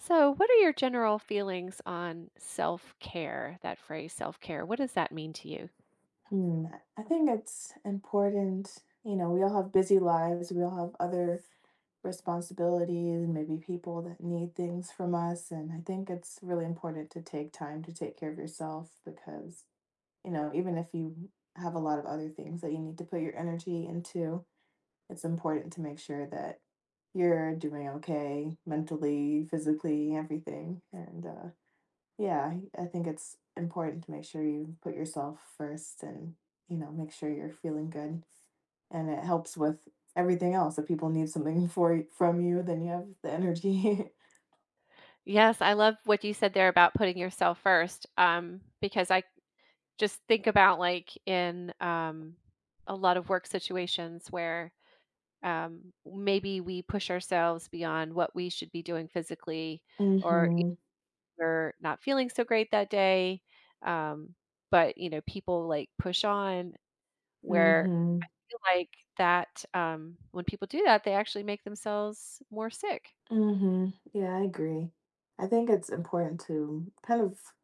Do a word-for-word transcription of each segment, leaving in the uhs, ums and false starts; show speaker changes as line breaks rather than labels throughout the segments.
So, what are your general feelings on self care? That phrase, self care, what does that mean to you?
Hmm, I think it's important. You know, we all have busy lives. We all have other responsibilities and maybe people that need things from us. And I think it's really important to take time to take care of yourself because, you know, even if you have a lot of other things that you need to put your energy into, it's important to make sure that you're doing okay mentally, physically, everything. And uh, yeah, I I think it's important to make sure you put yourself first and, you know, make sure you're feeling good, and it helps with everything else. If people need something for y from you, then you have the energy.
Yes, I love what you said there about putting yourself first. Um, because I just think about like in um, a lot of work situations where um, maybe we push ourselves beyond what we should be doing physically, or if
Mhm,
we're not feeling so great that day. Um, but you know, people like push on where
mhm,
like that, um, when people do that, they actually make themselves more sick.
mhm. Yeah, I agree. I think it's important to kind of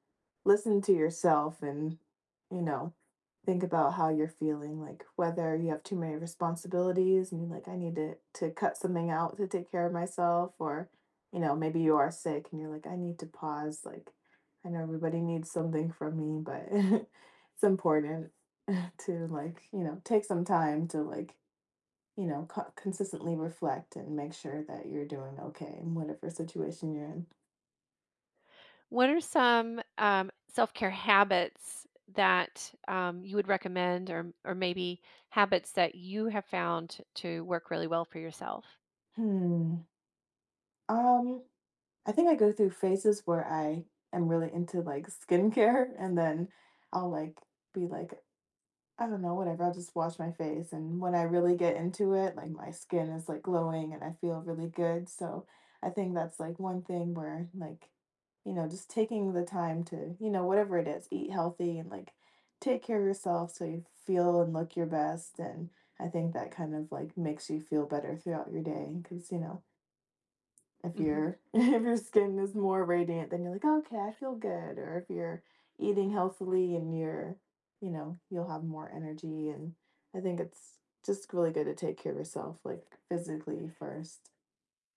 listen to yourself and, you know, think about how you're feeling, like whether you have too many responsibilities and you're like, I need to, to cut something out to take care of myself, or, you know, maybe you are sick and you're like, I need to pause. Like, I know everybody needs something from me, but it's important to, like, you know, take some time to, like, you know, co- consistently reflect and make sure that you're doing okay in whatever situation you're in.
What are some, um, self-care habits that, um, you would recommend or or maybe habits that you have found to work really well for yourself?
Hmm. Um. I think I go through phases where I am really into like skincare and then I'll like be like, I don't know, whatever, I'll just wash my face. And when I really get into it, like my skin is like glowing and I feel really good. So I think that's like one thing where like, you know, just taking the time to, you know, whatever it is, eat healthy and like take care of yourself so you feel and look your best. And I think that kind of like makes you feel better throughout your day because, you know, if
Mhm.
your if your skin is more radiant, then you're like, okay, I feel good. Or if you're eating healthily and you're, you know, you'll have more energy. And I think it's just really good to take care of yourself like physically first.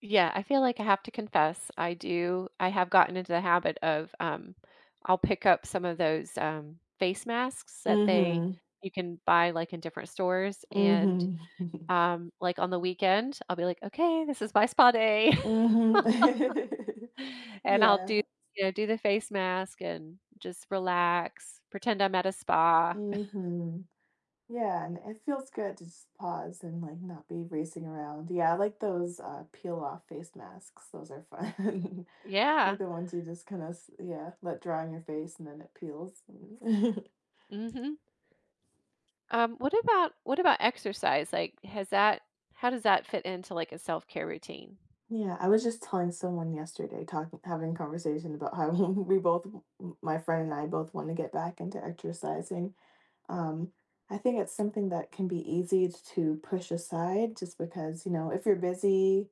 Yeah, I feel like I have to confess, I do I have gotten into the habit of, um, I'll pick up some of those, um, face masks that they
Mhm,
you can buy, like, in different stores, and
mhm,
Um, like, on the weekend, I'll be like, "Okay, this is my spa day."
mhm.
And I'll do
Yeah,
you know, do the face mask and just relax, pretend I'm at a spa.
mhm. Yeah, and it feels good to just pause and like not be racing around. Yeah, I like those uh peel off face masks, those are fun.
Yeah.
Like the ones you just kinda, yeah, let dry on your face and then it peels.
Mhm. Um, what about what about exercise? Like, has that how does that fit into, like, a self-care routine?
Yeah, I was just telling someone yesterday, talking having a conversation about how we both, my friend and I, both wanna get back into exercising. Um, I think it's something that can be easy to push aside just because, you know, if you're busy,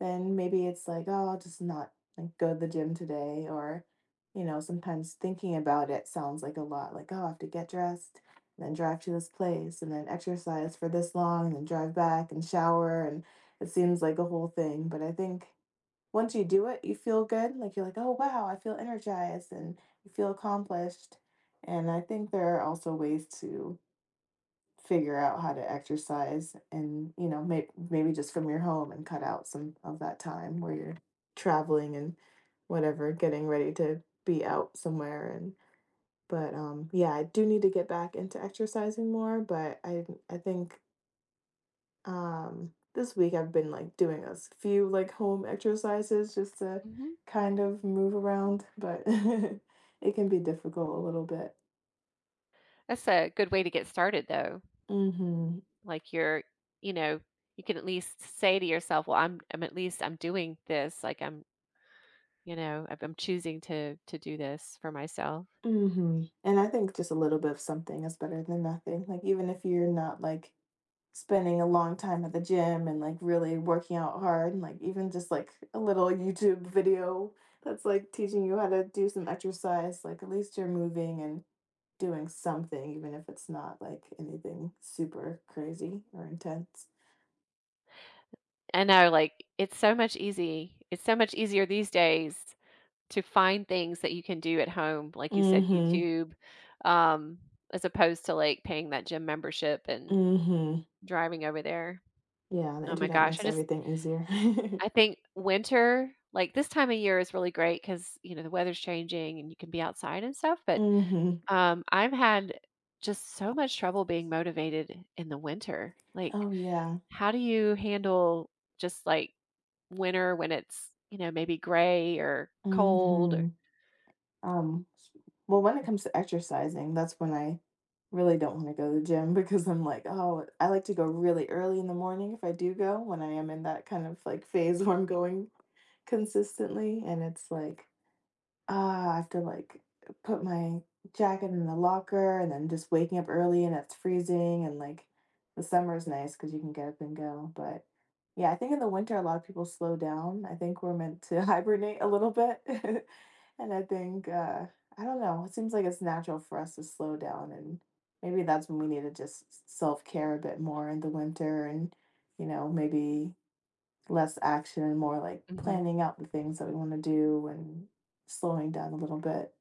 then maybe it's like, oh, I'll just not like go to the gym today. Or, you know, sometimes thinking about it sounds like a lot, like, oh, I have to get dressed and then drive to this place and then exercise for this long and then drive back and shower. And it seems like a whole thing. But I think once you do it, you feel good. Like you're like, oh wow, I feel energized and you feel accomplished. And I think there are also ways to figure out how to exercise and, you know, may- maybe just from your home and cut out some of that time where you're traveling and whatever, getting ready to be out somewhere. And but um yeah, I do need to get back into exercising more, but I I think um, this week I've been like doing a s- few like home exercises just to
Mhm.
kind of move around, but it can be difficult a little bit.
That's a good way to get started, though.
Mm-hmm.
Like, you're you know, you can at least say to yourself, "Well, I'm I'm at least I'm doing this, like, I'm" you know, "I'm I'm choosing to to do this for myself."
Mm-hmm. And I think just a little bit of something is better than nothing. Like even if you're not like spending a long time at the gym and like really working out hard, and like even just like a little YouTube video that's like teaching you how to do some exercise, like at least you're moving and doing something, even if it's not like anything super crazy or intense.
I know, like, it's so much easy it's so much easier these days to find things that you can do at home, like you said,
Mm-hmm.
YouTube, um, as opposed to, like, paying that gym membership and
Mm-hmm.
driving over there.
Yeah, the
Oh my
internet
gosh, I
makes
just
everything easier.
I think winter, like, this time of year is really great because you know, the weather's changing and you can be outside and stuff, but
Mm-hmm.
um, I've had just so much trouble being motivated in the winter. Like,
Oh yeah.
how do you handle just like winter when it's, you know, maybe gray or cold or
Mm-hmm. Um, well, when it comes to exercising, that's when I really don't want to go to the gym because I'm like, oh, I like to go really early in the morning if I do go when I am in that kind of like phase where I'm going consistently. And it's like, ah, I have to, like, put my jacket in the locker and then just waking up early and it's freezing and, like, the summer is nice because you can get up and go. But yeah, I think in the winter, a lot of people slow down. I think we're meant to hibernate a little bit, and I think, uh, I don't know, it seems like it's natural for us to slow down, and maybe that's when we need to just self-care a bit more in the winter and, you know, maybe less action and more like
Mhm.
planning out the things that we want to do and slowing down a little bit.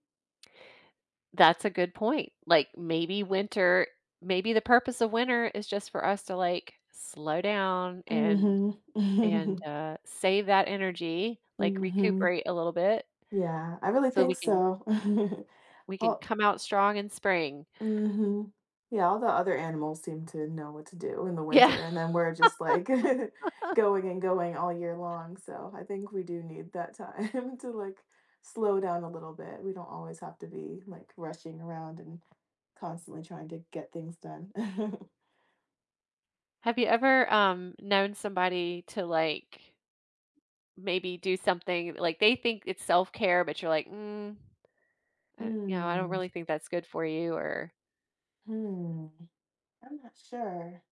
That's a good point. Like maybe winter, maybe the purpose of winter is just for us to like slow down and
Mhm.
and,
Mhm.
uh, save that energy, like, recuperate a little bit
Yeah, I really
so
think
we can
so.
we can
Oh,
come out strong in spring.
mhm. Yeah, all the other animals seem to know what to do in the
Yeah.
winter, and then we're just like going and going all year long. So I think we do need that time to like slow down a little bit. We don't always have to be like rushing around and constantly trying to get things done.
Have you ever, um, known somebody to, like, maybe do something like, they think it's self-care, but you're like, "Mm, uh, you know, I don't
Hmm.
really think that's good for you," or
Hmm, I'm not sure.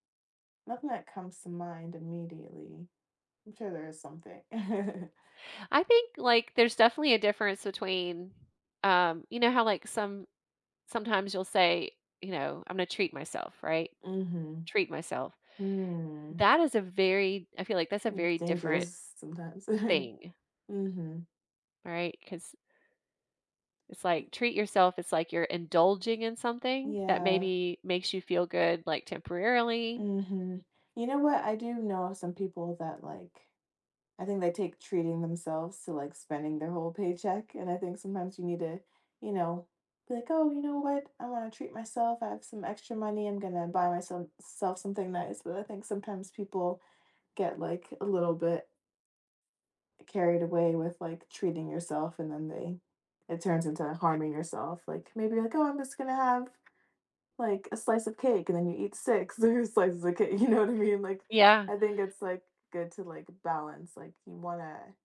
Nothing that comes to mind immediately. I'm sure there is something.
I think, like, there's definitely a difference between, um, you know how, like, some sometimes you'll say, you know, "I'm gonna treat myself," right?
Mm-hmm.
"Treat myself."
Hmm.
That is a very I feel like that's a
It's
very different
dangerous sometimes.
thing,
Mm-hmm.
right? Because it's like treat yourself. It's like you're indulging in something that
Yeah.
maybe makes you feel good, like temporarily.
Mm-hmm. You know what? I do know of some people that like, I think they take treating themselves to like spending their whole paycheck. And I think sometimes you need to, you know, be like, oh, you know what? I want to treat myself. I have some extra money. I'm gonna buy myself self something nice. But I think sometimes people get, like, a little bit carried away with, like, treating yourself, and then they, it turns into harming yourself, like, maybe like, oh, I'm just gonna have, like, a slice of cake, and then you eat six or slices of cake, you know what I mean? Like,
Yeah.
I think it's, like, good to, like, balance, like, you wanna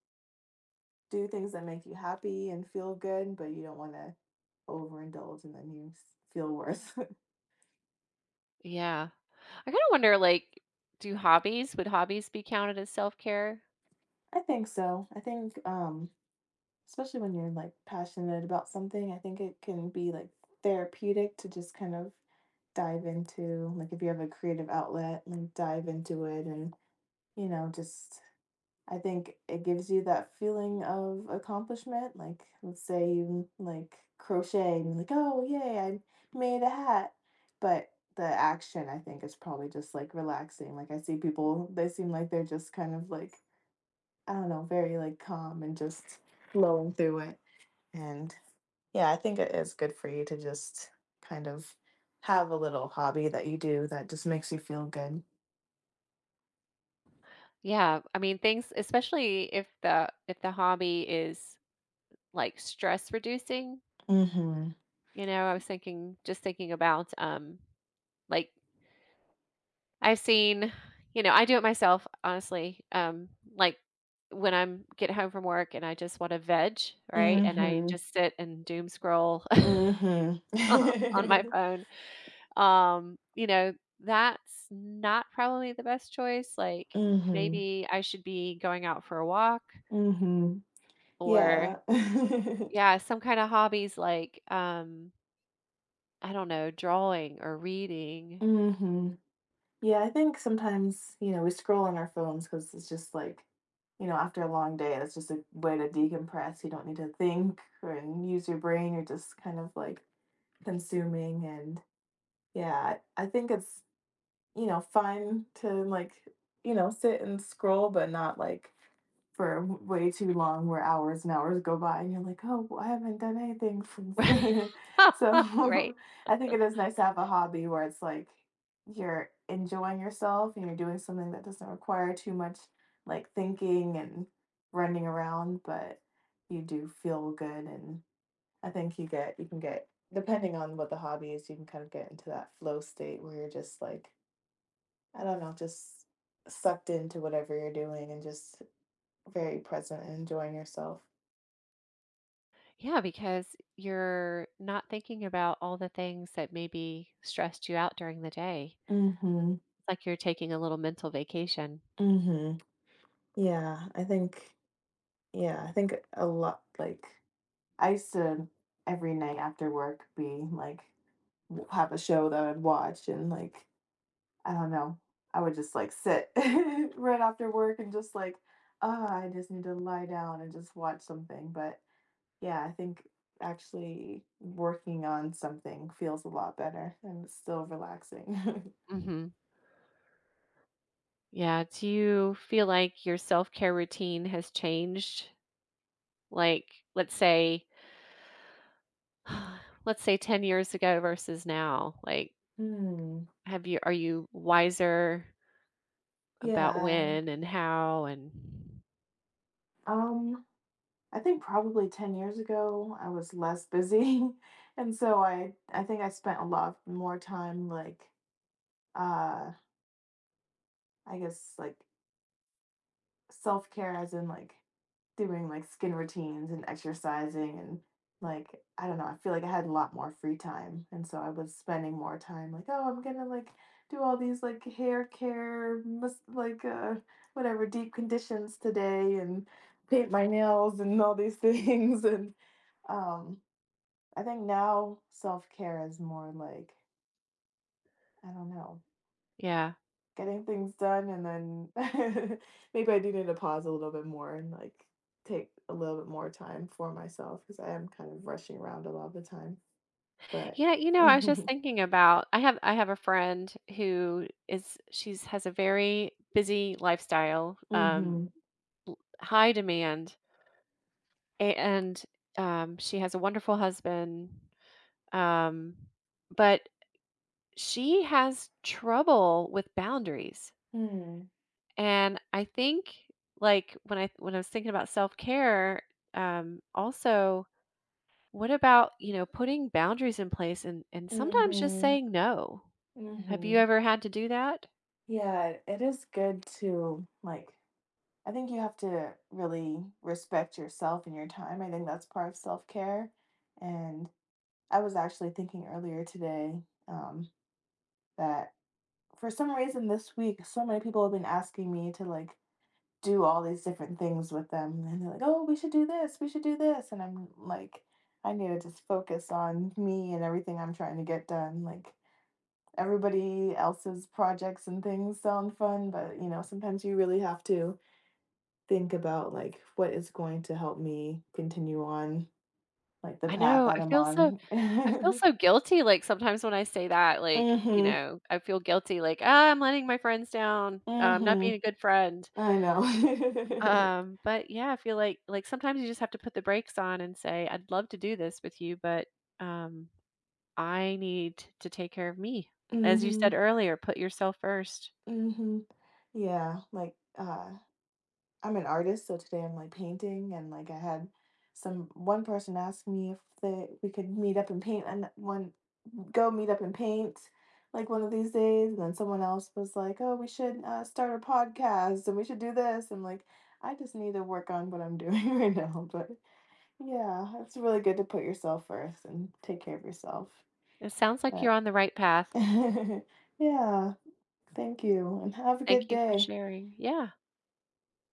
do things that make you happy and feel good, but you don't wanna overindulge and then you s feel worse.
Yeah. I kind of wonder like, do hobbies, would hobbies be counted as self care?
I think so. I think, um especially when you're, like, passionate about something, I think it can be, like, therapeutic to just kind of dive into, like, if you have a creative outlet, like dive into it and, you know, just I think it gives you that feeling of accomplishment, like, let's say you, like, crochet and you're like, oh, yay, I made a hat. But the action, I think, is probably just, like, relaxing, like, I see people, they seem like they're just kind of, like, I don't know, very, like, calm and just flowing through it. And yeah, I think it is good for you to just kind of have a little hobby that you do that just makes you feel good.
Yeah. I mean, things, especially if the, if the hobby is like stress reducing,
Mhm.
you know, I was thinking, just thinking about, um, like I've seen you know, I do it myself, honestly, um, like, when I'm get home from work and I just wanna veg, right? And I
Mhm.
just sit and doom scroll
Mhm.
on my phone, um, you know, that's not probably the best choice, like,
Mhm.
maybe I should be going out for a walk
Mhm.
or
Yeah.
yeah, some kinda hobbies like, um, I don't know, drawing or reading,
Mhm. Yeah, I think sometimes, you know, we scroll on our phones cuz it's just like, you know, after a long day, that's just a way to decompress. You don't need to think or and use your brain. You're just kind of like consuming. And yeah, i I think it's, you know, fun to like, you know, sit and scroll, but not like for way too long where hours and hours go by and you're like, oh, I haven't done anything since.
right? Right.
So I think it is nice to have a hobby where it's like you're enjoying yourself and you're doing something that doesn't require too much like thinking and running around, but you do feel good. And I think you get, you can get, depending on what the hobby is, you can kind of get into that flow state where you're just like, I don't know, just sucked into whatever you're doing and just very present and enjoying yourself.
Yeah, because you're not thinking about all the things that maybe stressed you out during the day.
Mhm,
It's like you're taking a little mental vacation.
mhm. Yeah, I think yeah, I think a lot like I used to every night after work be like w- have a show that I'd watch, and like I don't know, I would just like sit right after work and just like, ah, I just need to lie down and just watch something. But yeah, I think actually working on something feels a lot better and it's still relaxing.
Hmm. Yeah. Do you feel like your self care routine has changed? Like, let's say, let's say ten years ago versus now. Like,
Hmm.
have you, are you wiser about
Yeah.
when and how? And
Um, I think probably ten years ago I was less busy. And so I I think I spent a lot more time like, uh I guess like self-care as in like doing, like, skin routines and exercising and, like, I don't know, I feel like I had a lot more free time, and so I was spending more time like, oh, I'm gonna, like, do all these, like, hair care, mas like, uh, whatever, deep conditions today and paint my nails and all these things, and, um, I think now self-care is more like, I don't know.
yeah.
Getting things done. And then maybe I do need to pause a little bit more and, like, take a little bit more time for myself because I am kind of rushing around a lot of the time, but
Yeah, you know, I was just
mhm.
thinking about I have I have a friend who is she's has a very busy lifestyle, um,
Mm.
l- high demand, a- and um, she has a wonderful husband, um, but she has trouble with boundaries.
Mhm.
And I think, like when I when I was thinking about self care, um, also, what about you know putting boundaries in place and and sometimes just
Mhm.
saying no. Have you
Mhm.
ever had to do that?
Yeah, it is good to, like, I think you have to really respect yourself and your time, I think that's part of self-care. And I was actually thinking earlier today, um, that for some reason this week, so many people have been asking me to like do all these different things with them. And they're like, oh, we should do this, we should do this. And I'm like, I need to just focus on me and everything I'm trying to get done. Like everybody else's projects and things sound fun, but you know, sometimes you really have to think about like what is going to help me continue on like the
I
path
know,
that
I
I'm
feel so
on.
I feel so guilty, like, sometimes when I say that, like, you
Mm-hmm.
know, I feel guilty, like, "Ah, I'm letting my friends down, uh, I'm not
Mm-hmm.
being a good friend."
I know.
Um, but yeah, I feel like like, sometimes you just have to put the brakes on and say, "I'd love to do this with you, but, um, I need to take care of me." As you said
Mm-hmm.
earlier, put yourself first.
Mm-hmm. Yeah, like, uh, I'm an artist, so today I'm like painting, and like I had some one person ask me if they we could meet up and paint, and one go meet up and paint like one of these days. And then someone else was like, oh, we should uh, start a podcast, and we should do this. And like, I just need to work on what I'm doing right now. But yeah, it's really good to put yourself first and take care of yourself.
It sounds like you're
But
on the right path.
yeah, thank you, and have a good
Thank you for
day.
sharing. Yeah.